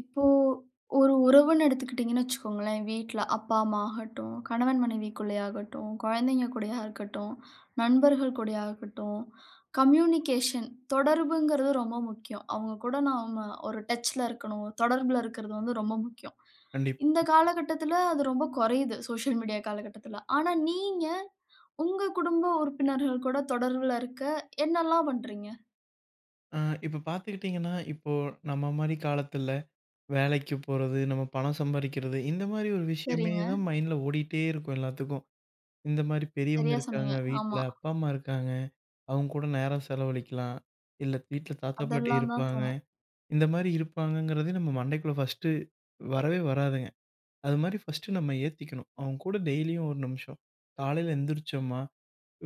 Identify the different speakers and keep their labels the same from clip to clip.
Speaker 1: இப்போ ஒரு உறவுன்னு எடுத்துக்கிட்டிங்கன்னு வச்சுக்கோங்களேன், வீட்ல அப்பா, அம்மா ஆகட்டும், கணவன் மனைவிக்குள்ளேயாகட்டும், குழந்தைங்க கூடயா இருக்கட்டும், நண்பர்கள் கூடயா இருக்கட்டும், கம்யூனிகேஷன் தொடர்புங்கிறது ரொம்ப முக்கியம். அவங்க கூட நாம ஒரு டச்ல இருக்கணும், தொடர்புல இருக்கிறது வந்து ரொம்ப முக்கியம்.
Speaker 2: கண்டிப்பா.
Speaker 1: இந்த காலகட்டத்தில அது ரொம்ப குறையுது, சோஷியல் மீடியா காலகட்டத்தில. ஆனா நீங்க உங்க குடும்ப உறுப்பினர்கள் கூட தொடர்புல இருக்க என்னல்லாம் பண்றீங்க?
Speaker 2: அ இப்ப பார்த்துக்கிட்டீங்கன்னா, இப்போ நம்ம மாரி காலத்துல வேலைக்கு போறது, நம்ம பணம் சம்பாரிக்கிறது, இந்த மாரி ஒரு விஷயமே
Speaker 1: சரிங்க.
Speaker 2: தான் மைண்ட்ல ஓடிட்டே இருக்கும் எல்லாத்துக்கும். இந்த மாரி பெரியவங்க
Speaker 1: சரியா
Speaker 2: இருக்காங்க
Speaker 1: சொன்னீங்க.
Speaker 2: வீட்ல,
Speaker 1: ஆமா.
Speaker 2: அப்பா, அம்மா இருக்காங்க. அவங்க கூட நேரம் செலவழிக்கலாம். இல்ல வீட்ல தாத்தா, பாட்டி
Speaker 1: அதெல்லாம் தான்
Speaker 2: இருப்பாங்க.
Speaker 1: தோணும்.
Speaker 2: இந்த மாரி இருப்பாங்கங்கிறதே நம்ம மண்டைக்குள்ள ஃபர்ஸ்ட்டு வரவே வராதுங்க. அது மாரி ஃபர்ஸ்ட்டு நம்ம ஏத்திக்கணும். அவங்க கூட டெய்லியும் ஒரு நிமிஷம். காலையில எந்திரிச்சோமா,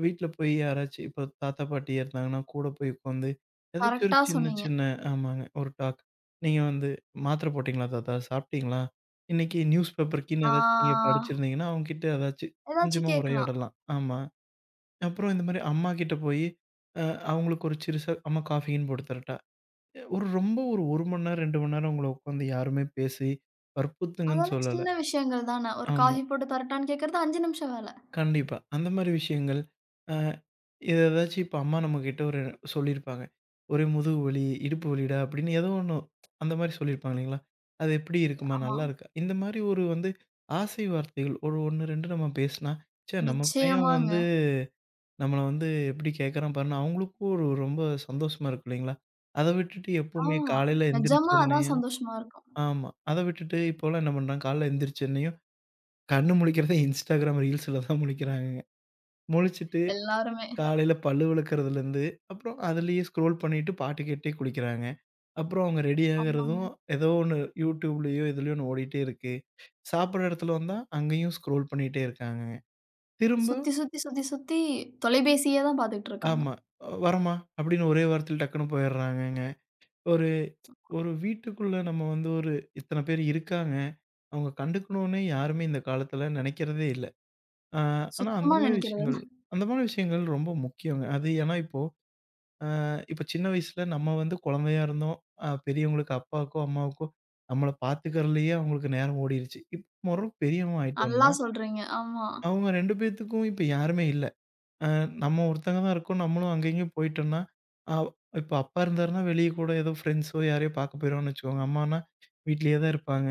Speaker 2: வீட்ல போய் யாராச்சும் இப்போ தாத்தா, பாட்டி இருந்தாங்கன்னா, கூட போய் உட்காந்து ஏதாச்சும் ஒரு
Speaker 1: கரெக்ட்டா
Speaker 2: சின்ன
Speaker 1: சொன்னீங்க.
Speaker 2: சின்ன ஆமாங்க. ஒரு டாக். நீங்க வந்து மாத்திரை போட்டீங்களா தாத்தா? சாப்பிட்டீங்களா? இன்னைக்கு நியூஸ் பேப்பர் கீன்னு
Speaker 1: ஆ,
Speaker 2: ஏதாச்சும் நீங்க படிச்சிருந்தீங்கன்னா, அவங்ககிட்ட ஏதாச்சும்
Speaker 1: ஏதாச்சும்
Speaker 2: கொஞ்சமா
Speaker 1: கேட்கலாம்.
Speaker 2: உரையாடலாம். ஆமா. அப்புறம் இந்த மாரி அம்மா கிட்ட போயி, அ அவங்களுக்கு ஒரு சிறுசா அம்மா காஃபி கீன்னு போட்டு தரட்டா? ஒரு ரொம்ப ஒரு 1 மணி நேரம், 2 மணி நேரம் உங்கள உட்காந்து யாருமே பேசி வற்புறுத்துங்கன்னு
Speaker 1: அதெல்லாம்
Speaker 2: சொல்லல.
Speaker 1: சின்ன விஷயங்கள் தான. ஒரு
Speaker 2: ஆமா.
Speaker 1: காஃபி போட்டு தரட்டான்னு கேட்கறது 5 நிமிஷம் வேல.
Speaker 2: கண்டிப்பா. அந்த மாரி விஷயங்கள். அ இது ஏதாச்சும் இப்ப அம்மா நம்மகிட்ட ஒரு சொல்லியிருப்பாங்க. "ஒரே முதுகு வலி, இடுப்பு வலிடா" அப்படின்னு ஏதோ ஒண்ணு அந்த மாரி சொல்லியிருப்பாங்க இல்லைங்களா? "அது எப்படி இருக்குமா?
Speaker 1: ஆமா.
Speaker 2: நல்லா
Speaker 1: ம்.
Speaker 2: இருக்கா?" இந்த மாரி ஒரு வந்து ஆசை வார்த்தைகள் ஒரு 1, 2 நம்ம பேசினா, "ச்சே நம்ம பையன்
Speaker 1: நிச்சயமாங்க.
Speaker 2: வந்து நம்மள வந்து எப்படி கேட்கறான் பாருன்னு" அவங்களுக்கும் ஒரு ரொம்ப சந்தோஷமா இருக்கும் இல்லைங்களா? அத விட்டுட்டு எப்பவுமே
Speaker 1: ஆமா.
Speaker 2: காலையில
Speaker 1: நிஜமா அதான்
Speaker 2: எந்திரிச்சோன்னையும்
Speaker 1: சந்தோஷமா இருக்கும்.
Speaker 2: ஆமா. அத விட்டுட்டு இப்போலாம் என்ன பண்றாங்க, காலைல எந்திரிச்சோன்னையும் கண்ணு முழிக்கிறதே Instagram ரீல்ஸ்ல தான் முழிக்கிறாங்கங்க. முழிச்சுட்டு
Speaker 1: எல்லாருமே.
Speaker 2: காலையில பல்லு விளக்குறதுலேருந்து, அப்புறம் அதிலேயே ஸ்க்ரோல் பண்ணிட்டு பாட்டு கேட்டே குளிக்கிறாங்க. அப்புறம் அவங்க ரெடி ஆகுறதும்
Speaker 1: ஆமாங்க.
Speaker 2: ஏதோ ஒண்ணு YouTubeலயோ, எதுலயோ ஒண்ணு ஓடிட்டே இருக்கு. சாப்பிடுற இடத்துல வந்தா அங்கேயும் ஸ்க்ரோல் பண்ணிட்டே இருக்காங்க. திரும்ப
Speaker 1: சுத்தி, சுத்தி, சுத்தி, சுத்தி தொலைபேசியே தான் பார்த்துட்டு இருக்காங்க.
Speaker 2: ஆமா. "வரேம்மா" அப்படின்னு ஒரே வார்த்தையில டக்குனு போயிடுறாங்கங்க. ஒரு ஒரு வீட்டுக்குள்ள நம்ம வந்து ஒரு இத்தன பேர் இருக்காங்க. அவங்க கண்டுக்கணும்னே யாருமே இந்த காலத்தில நெனைக்கிறதே இல்ல. ஆ ஆனா அந்த
Speaker 1: சுத்தமா
Speaker 2: மாரி
Speaker 1: நினைக்கிறது இல்ல.
Speaker 2: விஷயங்கள் அந்த மாரி விஷயங்கள் ரொம்ப முக்கியங்க. அது ஏன்னா இப்போ அ இப்ப சின்ன வயசுல நம்ம வந்து குழந்தையா இருந்தோம். பெரியவங்களுக்கு அப்பாவுக்கோ, அம்மாவுக்கோ நம்மள பார்த்துக்கறதுலயே அவங்களுக்கு நேரம் ஓடிருச்சு. இப்ப மொற பெரியவன்
Speaker 1: நல்லா
Speaker 2: ஆயிட்டோம்னா,
Speaker 1: சொல்றீங்க. ஆமா.
Speaker 2: அவங்க 2 பேத்துக்கும் இப்ப யாருமே இல்ல. அ நம்ம ஒருத்தங்க தான் இருக்கோம். நம்மளும் அங்க இங்கேயும் போயிட்டோம்னா, அ இப்ப அப்பா இருந்தாருன்னா வெளிய கூட ஏதோ ஃப்ரெண்ட்ஸோ யாரையோ பார்க்க போயிருவான்னு வச்சுக்கோங்க. அம்மான்னா வீட்லயே தான் இருப்பாங்க.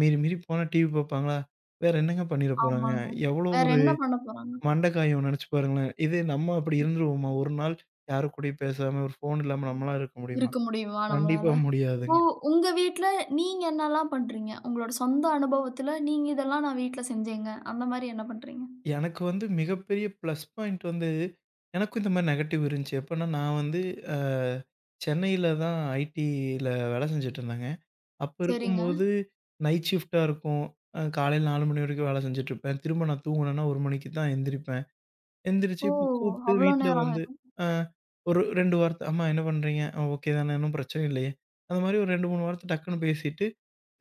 Speaker 2: மீறி மீறி போனா டிவி பார்ப்பாங்களா? வேற என்னங்க பண்ணிற போறாங்க?
Speaker 1: ஆமாங்க.
Speaker 2: எவ்வளோ
Speaker 1: வேற
Speaker 2: ஒரு
Speaker 1: என்ன பண்ண போறாங்க?
Speaker 2: மண்ட காயும் நெனச்சு பாருங்களேன். இதே நம்ம அப்படி இருந்துருவோமா? ஒரு நாள் யாரு கூடயும் பேசாம ஒரு ஃபோன் இல்லாம நம்மளால இருக்க முடியுமா?
Speaker 1: இருக்க முடியுமா நம்மளால?
Speaker 2: கண்டிப்பா
Speaker 1: இப்போ
Speaker 2: முடியாதுங்க.
Speaker 1: உங்க வீட்ல நீங்க என்னலாம் பண்றீங்க? உங்களோட சொந்த அனுபவத்துல நீங்க இதெல்லாம் நான் வீட்ல செஞ்சேங்க. அந்த மாரி என்ன பண்றீங்க?
Speaker 2: எனக்கு வந்து மிகப்பெரிய ப்ளஸ் பாயிண்ட் வந்து, எனக்கும் இந்த மாரி நெகட்டிவ் இருந்துச்சு. எப்பன்னா நான் வந்து அ சென்னையில தான் ஐடில வேலை செஞ்சுட்டுருந்தேங்க. அப்ப
Speaker 1: சரிங்க.
Speaker 2: இருக்கும்போது நைட் ஷிஃப்ட்டா இருக்கும். காலையில 4 மணி வரைக்கும் வேலை செஞ்சுட்டுருப்பேன். திரும்ப நான் தூங்குனேன்னா 1 மணிக்கு தான் எந்திரிப்பேன். எந்திரிச்சு
Speaker 1: ஓ!
Speaker 2: இப்ப கூப்ட்டு
Speaker 1: அவ்ளோ
Speaker 2: வீட்ல
Speaker 1: நேரம்
Speaker 2: வந்து
Speaker 1: ஆயிரும்.
Speaker 2: அ ஒரு 2 வார்த்தை, "அம்மா என்ன பண்றீங்க? ஓகே தானே? ஒண்ணும் பிரச்சனை இல்லையே?" அந்த மாரி ஒரு 2, 3 வார்த்தை டக்குன்னு பேசிட்டு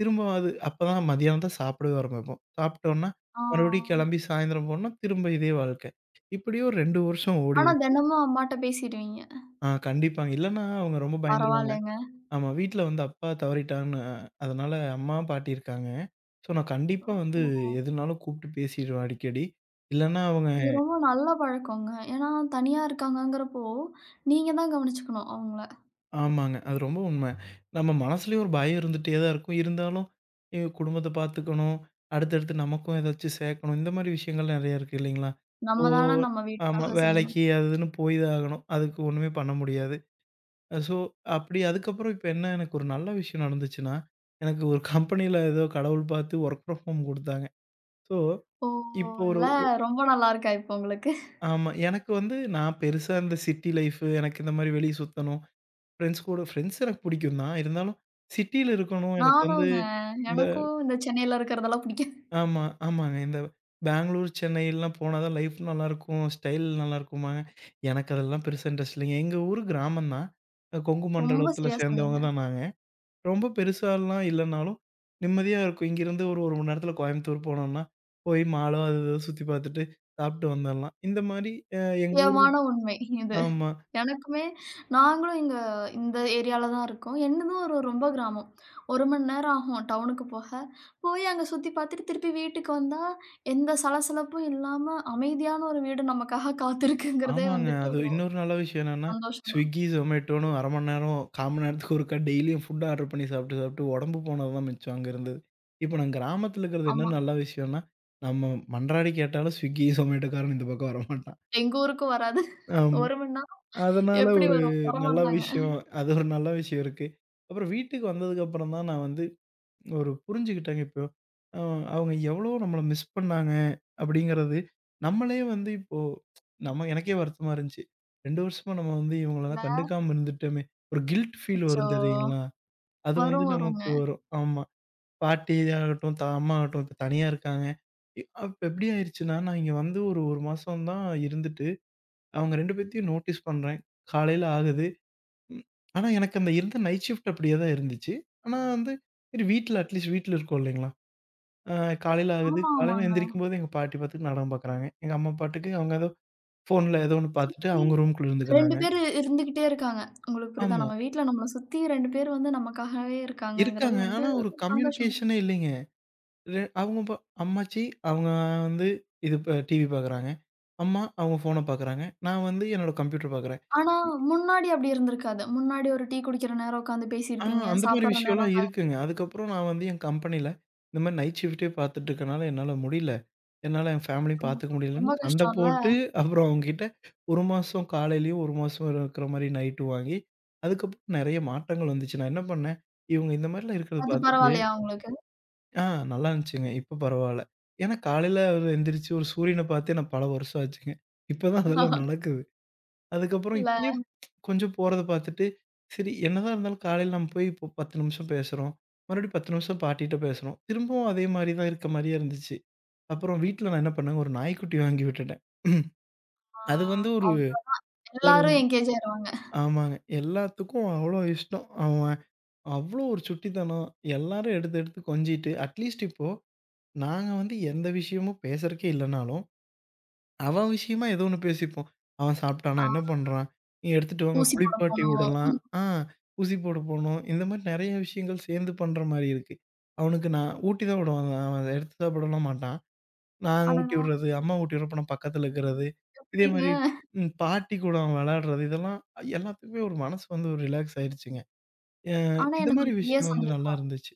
Speaker 2: திரும்ப அது அப்பதான் மதியானம் தான் சாப்பிடவே ஆரம்பிப்போம். சாப்பிட்டோம்ன்னா,
Speaker 1: ஆ,
Speaker 2: மறுபடியும் கிளம்பி
Speaker 1: ஆ.
Speaker 2: சாயந்தரம் போனா, திரும்ப இதே வாழ்க்கை. இப்படியே ஒரு 2 வருஷம்
Speaker 1: ஆனா
Speaker 2: ஓடிருச்சு.
Speaker 1: தினமும் அம்மாட்ட பேசிருவீங்க.
Speaker 2: கண்டிப்பாங்க. இல்லன்னா அவங்க ரொம்ப பயந்துருவாங்க.
Speaker 1: பரவாயில்லங்க.
Speaker 2: ஆமா வீட்ல வந்து அப்பா தவறிட்டாங்கன்னு அதனால அம்மா, பாட்டி இருக்காங்க. ஸோ நான் கண்டிப்பா வந்து
Speaker 1: ஓ!
Speaker 2: எதுனாலும் கூப்பிட்டு பேசிருவேன் அடிக்கடி. இல்லன்னா அவங்க
Speaker 1: இது ரொம்ப நல்ல பழக்கங்க. ஏன்னா தனியா இருக்காங்கங்கிறப்போ, நீங்க தான் கவனிச்சுக்கணும் அவங்கள.
Speaker 2: ஆமாங்க. அது ரொம்ப உண்ம. நம்ம மனசுலயும் ஒரு பயம் இருந்துட்டே தான் இருக்கும். இருந்தாலும், எங்க குடும்பத்த பாத்துக்கணும். அடுத்தடுத்து நமக்கும் ஏதாச்சும் சேக்கணும். இந்த மாரி விஷயங்கள் நெறைய இருக்கு இல்லைங்களா? ஸோ
Speaker 1: நம்ம தான நம்ம
Speaker 2: ஆமா.
Speaker 1: வீட்டுக்காக செய்யணும்.
Speaker 2: வேலைக்கு அது இதுன்னு போய் தான் ஆகணும். அதுக்கு ஒண்ணுமே பண்ண முடியாது. ஸோ, அப்படி அதுக்கப்புறம் இப்ப என்ன எனக்கு ஒரு நல்ல விஷயம் நடந்துச்சுன்னா, எனக்கு ஒரு கம்பெனில ஏதோ கடவுள் பாத்து வொர்க் ஃப்ரம் ஹோம் குடுத்தாங்க. ஸோ,
Speaker 1: ஓ!
Speaker 2: இப்போ ஒரு
Speaker 1: இல்ல, ரொம்ப நல்லா இருக்கா இப்போ உங்களுக்கு.
Speaker 2: ஆமா. எனக்கு வந்து நான் பெருசா இந்த சிட்டி லைஃப் எனக்கு இந்த மாரி வெளிய சுத்தணும், ஃப்ரெண்ட்ஸ் கூட ஃப்ரெண்ட்ஸ் எனக்கு பிடிக்கும் தான். இருந்தாலும் சிட்டியில இருக்கணும். எனக்கு வந்து
Speaker 1: நானுங்க
Speaker 2: இந்த
Speaker 1: எனக்கும் இந்த சென்னையில இருக்கிறதெல்லாம் பிடிக்காது.
Speaker 2: ஆமா, ஆமாங்க. இந்த பெங்களூர், சென்னைலாம் போனா தான் லைஃப் நல்லாயிருக்கும். ஸ்டைல் நல்லாயிருக்குமாங்க. எனக்கு அதெல்லாம் பெருசா இன்ட்ரெஸ்ட் இல்லைங்க. எங்க ஊரு கிராமம் தான். கொங்கு
Speaker 1: ரொம்ப
Speaker 2: மண்டலத்தில
Speaker 1: சரியா
Speaker 2: சேர்ந்தவங்க
Speaker 1: சொன்னீங்க.
Speaker 2: தான் நாங்க. ரொம்ப பெருசாலாம் இல்லனாலும் நிம்மதியா இருக்கும். இங்கேருந்து ஒரு 1 மணி நேரத்தில கோயம்புத்தூர் போனோம்னா, போய் மாலோ அது இதுன்னு சுத்தி பார்த்துட்டு சாப்பிட்டு வந்துரலாம். இந்த மாரி அ எங்க ஊர்
Speaker 1: முக்கியமான உண்மை இது.
Speaker 2: ஆமா.
Speaker 1: எனக்குமே நாங்களும் இங்க இந்த ஏரியால தான் இருக்கோம். என்னதும் ஒரு ரொம்ப கிராமம். 1 மணி நேரம் ஆகும் டவுனுக்கு போக. போய் அங்க சுத்தி பார்த்துட்டு திருப்பி வீட்டுக்கு வந்தா, எந்த சலசலப்பும் இல்லாம அமைதியான ஒரு வீடு நமக்காக காத்திருக்குங்கிறதே
Speaker 2: ஆமாங்க.
Speaker 1: வந்துட்டு
Speaker 2: அது
Speaker 1: ஒரு
Speaker 2: இன்னொரு நல்ல விஷயம் என்னன்னா,
Speaker 1: சந்தோஷம் தான்.
Speaker 2: Swiggy, Zomatoன்னு 1/2 மணி நேரம், 1/4 மணி நேரத்துக்கு ஒருக்கா டெய்லியும் ஃபுட் ஆர்டர் பண்ணி சாப்பிட்டு, சாப்பிட்டு உடம்பு போனது தான் மிச்சம் அங்க இருந்தது. இப்ப நான் கிராமத்துல இருக்கிறது என்ன
Speaker 1: ஆமா.
Speaker 2: நல்ல விஷயம்னா, நம்ம மன்றாடி கேட்டாலும் Swiggy, Zomatoக்காரன் இந்த பக்கம் வரமாட்டான்.
Speaker 1: எங்க ஊருக்கு வராது.
Speaker 2: ஆமா.
Speaker 1: 1 மணி நேரம்
Speaker 2: அதனால
Speaker 1: எப்படி
Speaker 2: ஒரு
Speaker 1: வரும்?
Speaker 2: நல்ல
Speaker 1: வரமாட்டாங்க.
Speaker 2: விஷயம். அது ஒரு நல்ல விஷயம் இருக்கு. அப்புறம் வீட்டுக்கு வந்ததுக்கு அப்புறம் தான் நான் வந்து ஒரு புரிஞ்சுக்கிட்டாங்க இப்போ. அ அவங்க எவ்வளோ நம்மள மிஸ் பண்ணாங்க அப்படிங்கிறது, நம்மளே வந்து இப்போ நம்ம எனக்கே வருத்தமா இருந்துச்சு. 2 வருஷமா நம்ம வந்து
Speaker 1: இல்ல.
Speaker 2: இவங்களலாம் கண்டுக்காம இருந்துட்டோமே! ஒரு கில்ட் ஃபீல்
Speaker 1: அச்சோ!
Speaker 2: வரும் தெரியுங்களா? அது வந்து
Speaker 1: வரும் வருங்க.
Speaker 2: நமக்கு வரும். ஆமா. பாட்டி ஆகட்டும், அம்மா ஆகட்டும் இப்ப தனியா இருக்காங்க. அப்ப எப்படி ஆயிருச்சுன்னா, நான் இங்க வந்து ஒரு 1 மாசம் தான் இருந்துட்டு, அவங்க 2 பேத்தையும் நோட்டீஸ் பண்றேன். காலையில ஆகுது. ம். ஆனா எனக்கு அந்த இருந்த நைட் ஷிஃப்ட் அப்படியே தான் இருந்துச்சு. ஆனா வந்து சரி வீட்ல அட்லீஸ்ட் வீட்ல இருக்கோம் இல்லைங்களா? ஆ காலையில ஆகுது.
Speaker 1: ஆமா,
Speaker 2: காலையில
Speaker 1: ஆமாங்க.
Speaker 2: எந்திரிக்கும்போது எங்க பாட்டி பாட்டுக்கு நாடகம் பார்க்குறாங்க. எங்க அம்மா பாட்டுக்கு அவங்க ஏதோ ஃபோன்ல ஏதோ ஒண்ணு பார்த்துட்டு
Speaker 1: சுத்தி
Speaker 2: அவங்க ரூம்குள்ள
Speaker 1: 2
Speaker 2: இருந்துக்கிறாங்க.
Speaker 1: பேரு இருந்துகிட்டே இருக்காங்க. உங்களுக்கு புரியுதா?
Speaker 2: ஆமா.
Speaker 1: நம்ம வீட்ல நம்மள சுத்தி 2 பேர் வந்து நமக்காகவே இருக்காங்கங்கிறது
Speaker 2: இருக்காங்க.
Speaker 1: வந்து
Speaker 2: ஆனா ஒரு
Speaker 1: ஒரு சந்தோஷம் தான்.
Speaker 2: கம்யூனிகேஷனே இல்லைங்க. அவங்க அம்மாச்சி அவங்க வந்து இது டிவி பார்க்குறாங்க. அம்மா அவங்க ஃபோன பார்க்குறாங்க. நான் வந்து என்னோட கம்ப்யூட்டர் பார்க்குறேன்.
Speaker 1: ஆனா முன்னாடி அப்படி இருந்திருக்காது. முன்னாடி ஒரு டீ குடிக்கிற நேரம் உட்காந்து
Speaker 2: ஆ,
Speaker 1: பேசியிருப்பீங்க.
Speaker 2: அந்த மாரி
Speaker 1: சாப்பிடுற நேரம்
Speaker 2: விஷயம்லாம்
Speaker 1: உட்காந்து
Speaker 2: இருக்குங்க. அதுக்கப்புறம் நான் வந்து என் கம்பெனில, இந்த மாரி நைட் ஷிஃப்ட்டே பார்த்துட்டு இருக்கனால என்னால முடியல. என்னால என் ஃபேமிலியும்
Speaker 1: ஆமா.
Speaker 2: பார்த்துக்க முடியலன்னு
Speaker 1: ரொம்ப
Speaker 2: சண்டை
Speaker 1: கஷ்டம்ல.
Speaker 2: போட்டு, அப்புறம் அவங்ககிட்ட 1 மாசம் காலையிலயும், 1 மாசம் இருக்கிற மாரி நைட்டும் வாங்கி, அதுக்கப்புறம் நெறைய மாற்றங்கள் வந்துச்சு. நான் என்ன பண்ணேன், இவங்க இந்த மாரிலாம் இருக்கிறத
Speaker 1: அது
Speaker 2: பார்த்துட்டு
Speaker 1: பரவாயில்லையா உங்களுக்கு?
Speaker 2: ஆ நல்லா இருந்துச்சுங்க. இப்ப பரவால்ல. ஏன்னா, காலையில ஒரு எந்திரிச்சு ஒரு சூரியன பார்த்தே நான் பல வருஷம் ஆச்சுங்க. இப்ப தான் அதெல்லாம் நடக்குது. அதுக்கப்புறம்
Speaker 1: இல்ல.
Speaker 2: இப்படியே கொஞ்சம் போறத பார்த்துட்டு, சரி என்னதான் இருந்தாலும் காலையில நம்ம போய் இப்போ 10 நிமிஷம் பேசுறோம். மறுபடியும் 10 நிமிஷம் பாட்டிட்ட பேசுறோம். திரும்பவும் அதே மாரி தான் இருக்க மாரியே இருந்துச்சு. அப்புறம் வீட்ல நான் என்ன பண்ணேங்க, ஒரு நாய்க்குட்டி வாங்கி விட்டுட்டேன்.
Speaker 1: ஆ,
Speaker 2: அது வந்து ஒரு
Speaker 1: அவ்
Speaker 2: ஒரு
Speaker 1: எல்லாரும் என்கேஜ் ஆயிருவாங்க.
Speaker 2: ஆமாங்க. எல்லாத்துக்கும் அவ்வளோ இஷ்டம். அவன் அவ்வளோ ஒரு சுட்டித்தனம். எல்லாரும் எடுத்து எடுத்து கொஞ்சிட்டு, அட்லீஸ்ட் இப்போ நாங்க வந்து எந்த விஷயமும் பேசுறதுக்கே இல்லனாலும் அவன் விஷயமா ஏதோ ஒண்ணு பேசிப்போம். அவன் சாப்பிட்டானா? என்ன
Speaker 1: ஆ,
Speaker 2: பண்றான்? நீ எடுத்துட்டு வாங்க
Speaker 1: ஊசி போட
Speaker 2: குளிப்பாட்டி
Speaker 1: போணும்.
Speaker 2: விடலாம். ஆ ஊசி போட போணும். இந்த மாரி நெறைய விஷயங்கள் சேர்ந்து பண்ற மாரி இருக்கு. அவனுக்கு நான் ஊட்டி தான் விடுவேன். அவன் எடுத்து சாப்பிடலாம் மாட்டான். நாங்க ஊட்டி
Speaker 1: அடடா!
Speaker 2: விடுறது, அம்மா ஊட்டி விடுறப்ப நான் பக்கத்துல இருக்கிறது. இதே
Speaker 1: அப்படிங்க.
Speaker 2: மாரி பாட்டி கூட அவன் விளையாடுறது இதெல்லாம் எல்லாத்துக்குமே ஒரு மனசு வந்து ஒரு ரிலாக்ஸ் ஆயிருச்சுங்க. அ
Speaker 1: ஆனா
Speaker 2: இந்த
Speaker 1: எனக்கு
Speaker 2: மாரி
Speaker 1: ஒரு பெரிய
Speaker 2: விஷயம் வந்து நல்லா
Speaker 1: சந்தேகம்.
Speaker 2: இருந்துச்சு.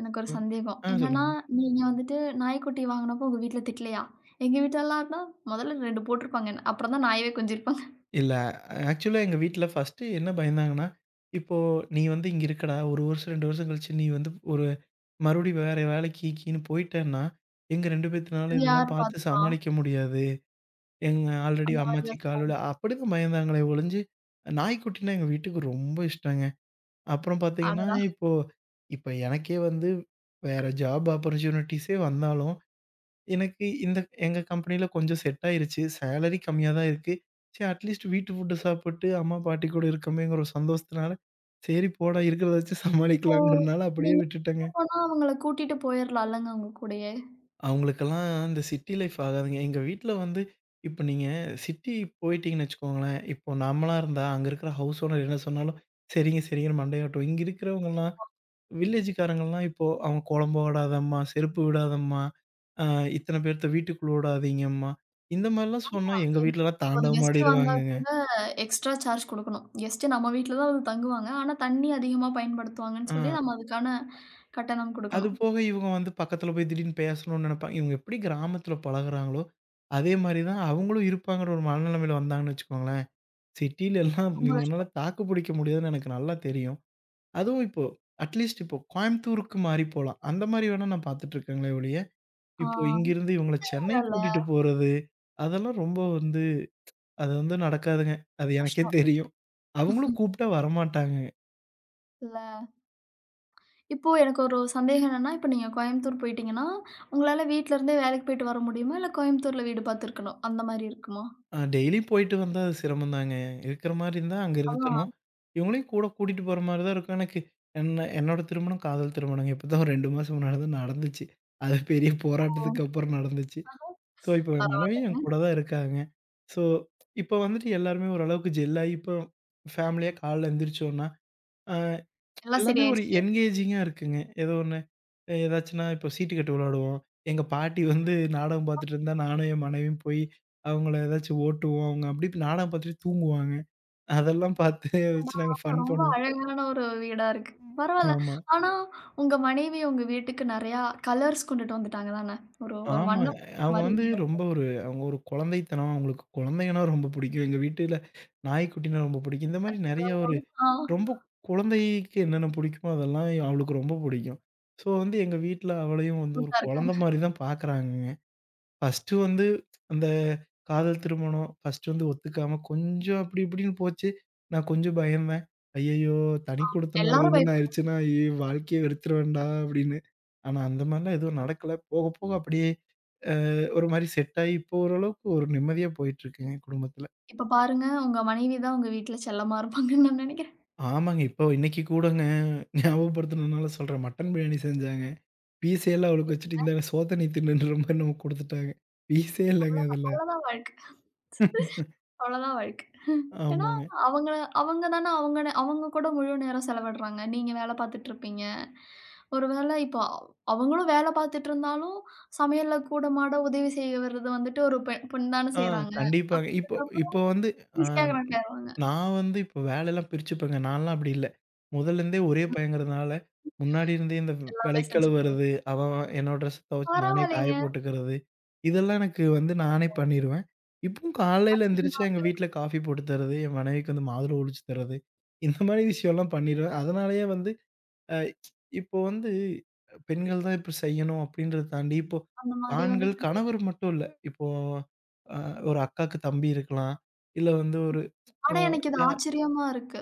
Speaker 1: எனக்கு ஒரு
Speaker 2: ம்.
Speaker 1: சந்தேகம். என்னன்னா,
Speaker 2: சொல்லுங்க.
Speaker 1: நீங்க வந்துட்டு நாய்க்குட்டி வாங்குனப்போ உங்க வீட்ல திட்டலையா? எங்க வீட்லலாம்னா முதல்ல 2 போட்டுருப்பாங்க. அப்புறம் தான் நாயவே கொஞ்சிருப்பாங்க.
Speaker 2: இல்ல. ஆக்சுவலா எங்க வீட்ல ஃபர்ஸ்ட்டு என்ன பயந்தாங்கன்னா, இப்போ நீ வந்து இங்க இருக்கடா, 1 வருஷம், 2 வருஷம் கழிச்சு நீ வந்து ஒரு மறுபடியும் வேற வேலைக்கு கீன்னு போயிட்டேன்னா, எங்க 2 பேத்துனால
Speaker 1: இது
Speaker 2: இதெல்லாம்
Speaker 1: யார்
Speaker 2: பார்த்து
Speaker 1: பார்த்துப்பா?
Speaker 2: சமாளிக்க முடியாது. எங்க ஆல்ரெடி
Speaker 1: அந்த மாரி
Speaker 2: அம்மாச்சி
Speaker 1: யோசிச்சாங்க.
Speaker 2: கால்வலி அப்படிதான் பயந்தாங்களே ஒழிஞ்சு, நாய்க்குட்டினா எங்க வீட்டுக்கு ரொம்ப இஷ்டங்க. அப்புறம் பார்த்தீங்கன்னா,
Speaker 1: அடடா!
Speaker 2: இப்போ எனக்கே வந்து வேற ஜாப் ஆப்பர்ச்சுனிட்டீஸே வந்தாலும், எனக்கு இந்த எங்க கம்பெனியில கொஞ்சம் செட் ஆயிருச்சு. சேலரி கம்மியா தான் இருக்கு. சரி அட்லீஸ்ட் வீட்டு ஃபுட் சாப்பிட்டு அம்மா, பாட்டி கூட இருக்கமேங்கிற ஒரு சந்தோஷத்தினால, சரி போடா இருக்கிறத வச்சு
Speaker 1: இப்போ
Speaker 2: சமாளிக்கலாங்கிறனால அப்படியே
Speaker 1: நீங்க
Speaker 2: விட்டுட்டேங்க.
Speaker 1: வெளிய போனா அவங்கள கூட்டிட்டு போயிரலாம்லங்க உங்க கூடயே.
Speaker 2: அவங்களுக்கெல்லாம் இந்த சிட்டி லைஃப் ஆகாதுங்க. எங்க வீட்ல வந்து இப்ப நீங்க சிட்டி போயிட்டீங்கன்னு வச்சுக்கோங்களேன், இப்போ நம்மளா இருந்தா அங்க இருக்கிற ஹவுஸ் ஓனர் என்ன சொன்னாலும், சரிங்க சரிங்கன்னு மண்டைய ஆட்டுவோம். இங்க இருக்கிறவங்கலாம் வில்லேஜ்காரங்கலாம் இப்போ, "அவன் குழம்ப விடாதம்மா, செருப்பு விடாதம்மா, அ இத்தன பேர்த்த வீட்டுக்குள்ள விடாதீங்கம்மா." இந்த மாரிலாம் சொன்னா எங்க
Speaker 1: என்
Speaker 2: வீட்லலாம்
Speaker 1: ஒரு
Speaker 2: தாண்டவம்
Speaker 1: கெஸ்ட் வந்தா
Speaker 2: ஆடிருவாங்கங்க.
Speaker 1: கூட எக்ஸ்ட்ரா சார்ஜ் குடுக்கணும். கெஸ்ட் நம்ம வீட்ல தான் வந்து தங்குவாங்க. ஆனா தண்ணி அதிகமா
Speaker 2: ஆ
Speaker 1: பயன்படுத்துவாங்கன்னு சொல்லி நம்ம அதுக்கான கட்டணம்
Speaker 2: அது
Speaker 1: குடுக்கணும்.
Speaker 2: போக இவங்க வந்து பக்கத்துல போய் திடீர்னு பேசணும்னு நெனைப்பாங்க. இவங்க எப்படி கிராமத்துல பழகுறாங்களோ, அதே மாரி தான் அவங்களும் இருப்பாங்கன்ற ஒரு மனநிலைமையில வந்தாங்கன்னு வச்சுக்கோங்களேன். சிட்டில எல்லாம்
Speaker 1: ரொம்ப
Speaker 2: இவங்கனால
Speaker 1: கஷ்டம்.
Speaker 2: தாக்கு பிடிக்க முடியாதுன்னு எனக்கு நல்லா தெரியும். அதுவும் இப்போ அட்லீஸ்ட் இப்போ கோயம்புத்தூருக்கு மாறி போலாம். அந்த மாரி வேணா நான் பாத்துட்டுருக்கேங்களே ஒழிய
Speaker 1: ஆ,
Speaker 2: இப்போ இங்கிருந்து இவங்கள சென்னை
Speaker 1: பரவால்ல.
Speaker 2: கூட்டிட்டு போறது, அதெல்லாம் ரொம்ப வந்து அது வந்து நடக்காதுங்க. அது எனக்கே
Speaker 1: கஷ்டம்
Speaker 2: தெரியும். அவங்களும் கூப்பிட்டா வரமாட்டாங்க.
Speaker 1: இல்ல. இப்போ எனக்கு ஒரு சந்தேகம் என்னன்னா, இப்ப நீங்க கோயம்புத்தூர் போயிட்டீங்கன்னா, உங்களால வீட்லருந்தே வேலைக்கு போயிட்டு வர முடியுமா? இல்ல கோயம்புத்தூர்ல வீடு பார்த்துருக்கணும். அந்த மாரி இருக்குமா?
Speaker 2: டெய்லியும் போயிட்டு வந்தா அது சிரமம் தாங்க. இருக்கிற மாரி இருந்தா அங்க இருக்கணும்.
Speaker 1: அதான்.
Speaker 2: இவங்களையும் கூட கூட்டிட்டு போற மாரி தான் இருக்கும். எனக்கு என்ன என்னோட திருமணம் காதல் திருமணங்க. இப்போ தான் ஒரு 2 மாசம் முன்னாடி தான் நடந்துச்சு. அது பெரிய
Speaker 1: ஓ!
Speaker 2: போராட்டத்துக்கு அப்புறம் நடந்துச்சு. ஸோ, இப்போ என் மனைவி
Speaker 1: பரவாயில்லங்க.
Speaker 2: என் கூட தான் இருக்காங்க. ஸோ, இப்போ வந்துட்டு எல்லாருமே ஓரளவுக்கு ஜெல்லாகி இப்போ ஃபேமிலியா காலைல எந்திரிச்சோன்னா, அ
Speaker 1: எல்லாம்
Speaker 2: எல்லாமே ஒரு
Speaker 1: சரியாயிருச்சு.
Speaker 2: என்கேஜிங்கா இருக்குங்க. ஏதோ ஒண்ணு ஏதாச்சுன்னா இப்போ சீட்டு கட்டு விளையாடுவோம். எங்க பாட்டி வந்து நாடகம் பார்த்துட்டு இருந்தா, நானும் என் மனைவியும் போய் அவங்கள ஏதாச்சும் ஓட்டுவோம். அவங்க அப்படி நாடகம் பார்த்துட்டு தூங்குவாங்க. அதெல்லாம் பார்த்து
Speaker 1: அடடா!
Speaker 2: வச்சு நாங்க ஃபன்
Speaker 1: ரொம்ப
Speaker 2: பண்ணுவோம்.
Speaker 1: அழகான ஒரு வீடா இருக்கு.
Speaker 2: ம்.
Speaker 1: பரவால்ல.
Speaker 2: ஆமா.
Speaker 1: ஆனா, உங்க மனைவி உங்க வீட்டுக்கு நெறையா கலர்ஸ் கொண்டுட்டு வந்துட்டாங்க தானே! ஒரு ஒரு
Speaker 2: ஆமாங்க.
Speaker 1: வண்ணம் பூச்ச
Speaker 2: அவங்க
Speaker 1: மாரி
Speaker 2: வந்து
Speaker 1: இல்லையா?
Speaker 2: ரொம்ப ஒரு அவங்க ஒரு குழந்தைத்தனம். அவங்களுக்கு குழந்தைங்கன்னா ரொம்ப பிடிக்கும். எங்க வீட்டுல நாய்க்குட்டினா ரொம்ப பிடிக்கும். இந்த மாரி
Speaker 1: அச்சோ!
Speaker 2: நெறைய ஒரு
Speaker 1: ஆ,
Speaker 2: ரொம்ப குழந்தைக்கு என்னென்ன பிடிக்குமோ அதெல்லாம் அவளுக்கு ரொம்ப பிடிக்கும். ஸோ வந்து எங்க வீட்ல அவளையும் வந்து ஒரு
Speaker 1: கியூட்டா
Speaker 2: குழந்தை
Speaker 1: இருக்காங்க.
Speaker 2: மாரி தான் பார்க்குறாங்கங்க. ஃபர்ஸ்ட்டு வந்து அந்த காதல் திருமணம், ஃபர்ஸ்ட்டு வந்து ஒத்துக்காம கொஞ்சம் அப்படி இப்படின்னு போச்சு. நான் கொஞ்சம் பயந்தேன். ஐயய்யோ! தனி குடித்தனம் அது
Speaker 1: எல்லாரும்
Speaker 2: இதுன்னு
Speaker 1: பயப்படும்.
Speaker 2: ஆயிருச்சுன்னா, ஐயய்யோ! வாழ்க்கையே வெறுத்துருவேன்டா அப்படின்னு. ஆனா அந்த மாரிலாம் எதுவும் நடக்கல. போக போக அப்படியே அ ஒரு மாரி செட் ஆயி, இப்போ ஓரளவுக்கு ஒரு நிம்மதியா போயிட்டுருக்குங்க குடும்பத்துல.
Speaker 1: இப்ப பாருங்க, உங்க மனைவி தான் உங்க வீட்ல செல்லமா இருப்பாங்கன்னு நான் நெனைக்கிறேன்.
Speaker 2: ஆமாங்க. இப்போ இன்னைக்கு கூடங்க ஞாபகப்படுத்தணும்னால சொல்றேன். மட்டன் பிரியாணி செஞ்சாங்க. பீஸையெல்லாம் அவளுக்கு வச்சுட்டு,
Speaker 1: சரிங்க.
Speaker 2: "இந்தாடா சோத்த நீ தின்னுன்ற" மாரி நமக்கு குடுத்துட்டாங்க. பீஸே இல்லங்க
Speaker 1: அவ்வளதான்
Speaker 2: அதுல.
Speaker 1: அவ்வளதான் வாழ்க்க. அவ்வளதான் வாழ்க்க. ஏன்னா,
Speaker 2: ஆமாங்க.
Speaker 1: அவங்க அவங்க தானே அவங்க அவங்க கூட முழு நேரம் செலவிடுறாங்க. நீங்க வேலை பார்த்துட்டு இருப்பீங்க. ஒரு வேளை இப்போ அவங்களும் வேலை பார்த்துட்டு இருந்தாலும், சமையல்ல கூட மாட உதவி செய்வது வந்துட்டு ஒரு பெண் தானே
Speaker 2: ஆ
Speaker 1: செய்றாங்க.
Speaker 2: கண்டிப்பாங்க. இப்போ
Speaker 1: அப்படிங்கிறப்போ
Speaker 2: இப்போ வந்து அ
Speaker 1: ஈஸியா கனெக்ட் ஆயிருவாங்க.
Speaker 2: நான் வந்து இப்போ வேலைலாம் பிரிச்சுப்பேங்க. நான்லாம் அப்படி இல்ல. முதல்லருந்தே ஒரே பையங்கிறதுனால, முன்னாடி இருந்தே இந்த
Speaker 1: எல்லாமே
Speaker 2: விளக்கி
Speaker 1: செஞ்சுப்பீங்க.
Speaker 2: கழுவுறது, அவன் அவன் என்னோட ட்ரெஸ் துவைச்சு நானே காய
Speaker 1: பரவாயில்லைங்க.
Speaker 2: போட்டுக்கிறது, இதெல்லாம் எனக்கு வந்து நானே பண்ணிருவேன். இப்பவும் காலையில எந்திரிச்சு
Speaker 1: ஆச்சரியமா
Speaker 2: எங்க
Speaker 1: இருக்கு.
Speaker 2: வீட்ல காஃபி போட்டு தர்றது, என் மனைவிக்கு வந்து மாதுளை ஒழிச்சு தர்றது, இந்த மாரி விஷயம்லாம் பண்ணிருவேன். அதனாலேயே வந்து அ இப்போ வந்து பெண்கள் தான் இப்படி செய்யணும் அப்படின்றத தாண்டி, இப்போ
Speaker 1: அந்த மாரி வந்து
Speaker 2: ஆண்கள்
Speaker 1: கிடையாது.
Speaker 2: கணவர் மட்டும் இல்ல. இப்போ அ ஒரு அக்காக்கு தம்பி இருக்கலாம். இல்ல வந்து ஒரு அ
Speaker 1: ஆனா எனக்கு இது
Speaker 2: ய
Speaker 1: ஆச்சரியமா இருக்கு.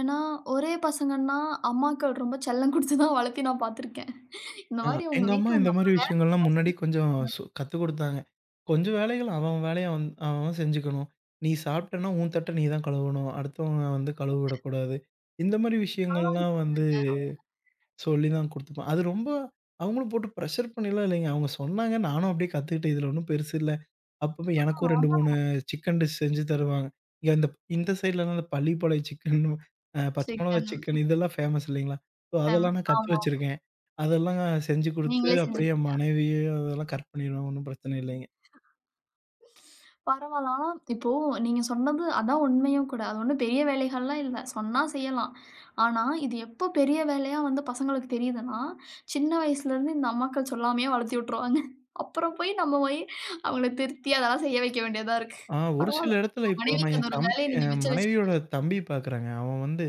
Speaker 1: ஏன்னா, ஒரே பசங்கன்னா அம்மாக்கள் ரொம்ப செல்லம் குடுத்து தான் வளர்த்தி நான் பார்த்துருக்கேன். இந்த
Speaker 2: அ
Speaker 1: மாரி உங்க
Speaker 2: எங்க அம்மா
Speaker 1: வீட்ல
Speaker 2: இந்த
Speaker 1: உங்க அம்மா
Speaker 2: மாரி விஷயங்கள்லாம்
Speaker 1: சொல்லி
Speaker 2: முன்னாடி கொஞ்சம்
Speaker 1: குடுத்தாங்க.
Speaker 2: கத்துக் குடுத்தாங்க. கொஞ்சம் வேலைகள் அவன் வேலைய அவன் அவன் செஞ்சுக்கணும். நீ சாப்பிட்டன்னா உன் தட்ட நீ தான் கழுவணும். அடுத்தவங்க வந்து கழுவ விடக்கூடாது. இந்த மாரி
Speaker 1: நல்லா
Speaker 2: விஷயங்கள்லாம் வந்து
Speaker 1: இருக்காங்கங்க.
Speaker 2: சொல்லி தான் குடுத்துப்பேன். அது ரொம்ப அவங்களும் போட்டு ப்ரெஷர் பண்ணிலாம் இல்லைங்க. அவங்க சொன்னாங்க. நானும் அப்படியே கத்துக்கிட்டேன். இதுல ஒண்ணும் பெருசு இல்ல. அப்பப்போ எனக்கும் 2,
Speaker 1: அதான்
Speaker 2: 3 சிக்கன் டிஷ் செஞ்சு தருவாங்க. இங்க இந்த இந்த சைட்லலாம் இந்த பள்ளிப்பாளைய சிக்கன், பச்சை மொளகா
Speaker 1: சிக்கன்.
Speaker 2: சிக்கன் இதெல்லாம் ஃபேமஸ் இல்லைங்களா? So
Speaker 1: um.
Speaker 2: அதெல்லாம் நான் கத்து
Speaker 1: ஆமா.
Speaker 2: வச்சிருக்கேன். அதெல்லாம் செஞ்சு குடுத்து
Speaker 1: நீங்களே
Speaker 2: அப்படியே என்
Speaker 1: செஞ்சுப்பீங்க.
Speaker 2: மனைவிய அதெல்லாம் கரெக்ட் பண்ணிருவேன். ஒண்ணும் பிரச்சனை இல்லைங்க.
Speaker 1: பரவால்ல. ஆனா இப்போ நீங்க சொன்னது அதான் உண்மையும் கூட. அது ஒண்ணும் பெரிய வேலைகள்லாம் இல்ல. சொன்னா செய்யலாம். ஆனா இது எப்போ பெரிய வேலையா வந்து பசங்களுக்கு தெரியுதுன்னா, சின்ன வயசுலேருந்து இந்த அம்மாக்கள் சொல்லாமயே வளர்த்தி விட்டுருவாங்க. அப்புறம் நம்ம போய் அவங்கள திருத்தி அதெல்லாம் செய்ய வைக்க வேண்டியதா இருக்கு.
Speaker 2: ஒரு சில
Speaker 1: பரவால்ல.
Speaker 2: இடத்துல
Speaker 1: உங்க
Speaker 2: இப்போ நான்
Speaker 1: மனைவிக்கு அந்த ஒரு வேலைய நீங்க
Speaker 2: என்
Speaker 1: மிச்சம் வச்சுட்டீங்க.
Speaker 2: மனைவியோட தம்பி பார்க்குறேங்க. அவன் வந்து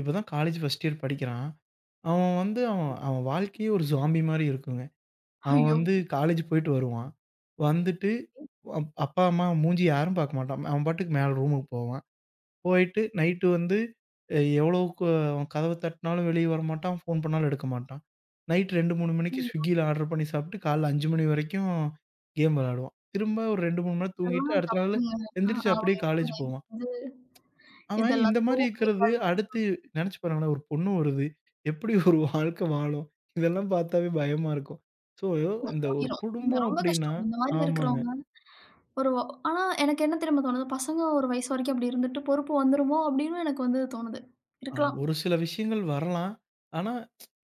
Speaker 2: இப்ப தான் காலேஜ் 1 இயர் படிக்கிறான். அவன் வந்து அவன் அவன் வாழ்க்கையே ஒரு ஜாம்பி மாரி இருக்குங்க. அவன்
Speaker 1: ஐயோ!
Speaker 2: வந்து காலேஜ் போயிட்டு வருவான். வந்துட்டு அப்பா, அம்மா மூஞ்சிய யாரும் பார்க்க மாட்டான். அவன் பாட்டுக்கு மேல ரூமுக்கு போவான். போயிட்டு நைட்டு வந்து எவ்வளவுக்கு அவன் கதவு தட்டினாலும் வெளிய வரமாட்டான். ஃபோன் பண்ணாலும் எடுக்க மாட்டான். நைட் 2, 3 மணிக்கு
Speaker 1: ம்.
Speaker 2: Swiggyல ஆர்டர் பண்ணி சாப்பிட்டு காலைல 5 மணி வரைக்கும் கேம் விளையாடுவான். திரும்ப ஒரு 2, 3 மணி நேரம் தூங்கிட்டு
Speaker 1: இதெல்லாம்
Speaker 2: அடுத்த நாளு
Speaker 1: தப்புங்க.
Speaker 2: எந்திரிச்சு அப்படியே
Speaker 1: அவங்ககிட்ட
Speaker 2: காலேஜ்
Speaker 1: தயவு
Speaker 2: போவான்.
Speaker 1: செஞ்சு இது
Speaker 2: அவன் இந்த
Speaker 1: எல்லாத்தையும்
Speaker 2: மாரி இருக்கிறது, அடுத்து
Speaker 1: ஊக்குவிக்காதீங்கன்னு
Speaker 2: நெனச்சு பாருங்களேன், ஒரு பொண்ணு வருது. எப்படி ஒரு வாழ்க்கை வாழும்? இதெல்லாம் பார்த்தாவே பயமா இருக்கும். ஸோ,
Speaker 1: சொன்னா
Speaker 2: இந்த ஒரு
Speaker 1: ஓடிரும்.
Speaker 2: குடும்பம்
Speaker 1: ரொம்ப
Speaker 2: அப்படின்னா
Speaker 1: கஷ்டம். இந்த மாரி
Speaker 2: ஆமாங்க.
Speaker 1: இருக்கிறவங்க ஒரு வ ஆனா எனக்கு என்ன தெரியுமா தோணுது, பசங்க ஒரு வயசு வரைக்கும் அப்படி இருந்துட்டு பொறுப்பு வந்துருமோ அப்படின்னு எனக்கு வந்து தோணுது. இருக்கலாம்.
Speaker 2: ஒரு சில விஷயங்கள் வரலாம். ஆனா,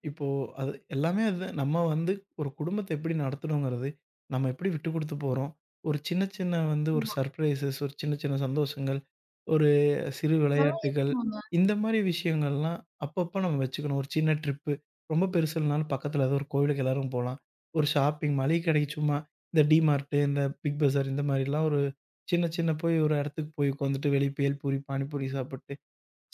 Speaker 2: இப்போ அது எல்லாமே அது நம்ம வந்து ஒரு குடும்பத்த எப்படி நடத்தணுங்கிறது, நம்ம எப்படி விட்டு குடுத்து போறோம். ஒரு சின்ன சின்ன வந்து ஒரு
Speaker 1: ஆமா.
Speaker 2: சர்ப்ரைசஸ், ஒரு சின்ன சின்ன சந்தோஷங்கள், ஒரு சிறு
Speaker 1: இதெல்லாம்
Speaker 2: விளையாட்டுகள்,
Speaker 1: இருக்கணுங்க.
Speaker 2: இந்த மாரி விஷயங்கள்லாம் அப்பப்ப நம்ம வச்சுக்கணும். ஒரு சின்ன ட்ரிப்பு, ரொம்ப பெருசு இல்லனாலும் பக்கத்துல ஏதோ ஒரு கோவிலுக்கு எல்லாரும் போலாம். ஒரு ஷாப்பிங் மளிகை கடைக்கு சும்மா இந்த டிமார்ட்டு, இந்த பிக் பஜார் இந்த மாரிலாம் ஒரு சின்ன சின்ன போய் ஒரு இடத்துக்கு போய் உட்காந்துட்டு வெளிய பேல் பூரி, பானிபூரி சாப்பிட்டு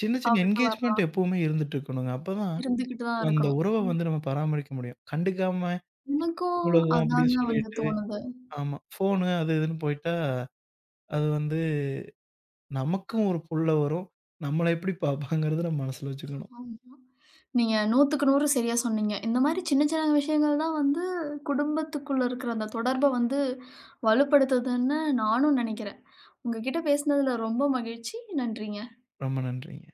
Speaker 2: சின்ன, சின்ன
Speaker 1: சாப்பிட்டு
Speaker 2: என்கேஜ்மெண்ட்
Speaker 1: வரலாம்.
Speaker 2: எப்பவுமே இருந்துட்டு இருக்கணுங்க. அப்பதான்
Speaker 1: இருந்துகிட்டு தான்
Speaker 2: அந்த
Speaker 1: இருக்கணும்.
Speaker 2: உறவ
Speaker 1: ம்.
Speaker 2: வந்து நம்ம பராமரிக்க முடியும். கண்டுக்காம
Speaker 1: எனக்கும்
Speaker 2: உலகம் அப்படின்னு
Speaker 1: அதாங்க வந்து
Speaker 2: சொல்லிட்டு
Speaker 1: தோணுது.
Speaker 2: ஆமா. ஃபோனு அது இதுன்னு போயிட்டா, அது வந்து நமக்கும் ஒரு புல்ல வரும். நம்மள எப்படி பார்ப்பாங்கிறத நம்ம மனசுல வச்சுக்கணும்.
Speaker 1: ஆமா. நீங்க 100க்கு 100 சரியா சொன்னீங்க. இந்த மாரி சின்ன சின்ன விஷயங்கள் தான் வந்து குடும்பத்துக்குள்ள இருக்கிற அந்த தொடர்ப வந்து வலுப்படுத்துதுன்னு நானும் நெனைக்கிறேன். உங்க கிட்ட பேசினதுல ரொம்ப மகிழ்ச்சி. நன்றிங்க.
Speaker 2: ரொம்ப நன்றிங்க.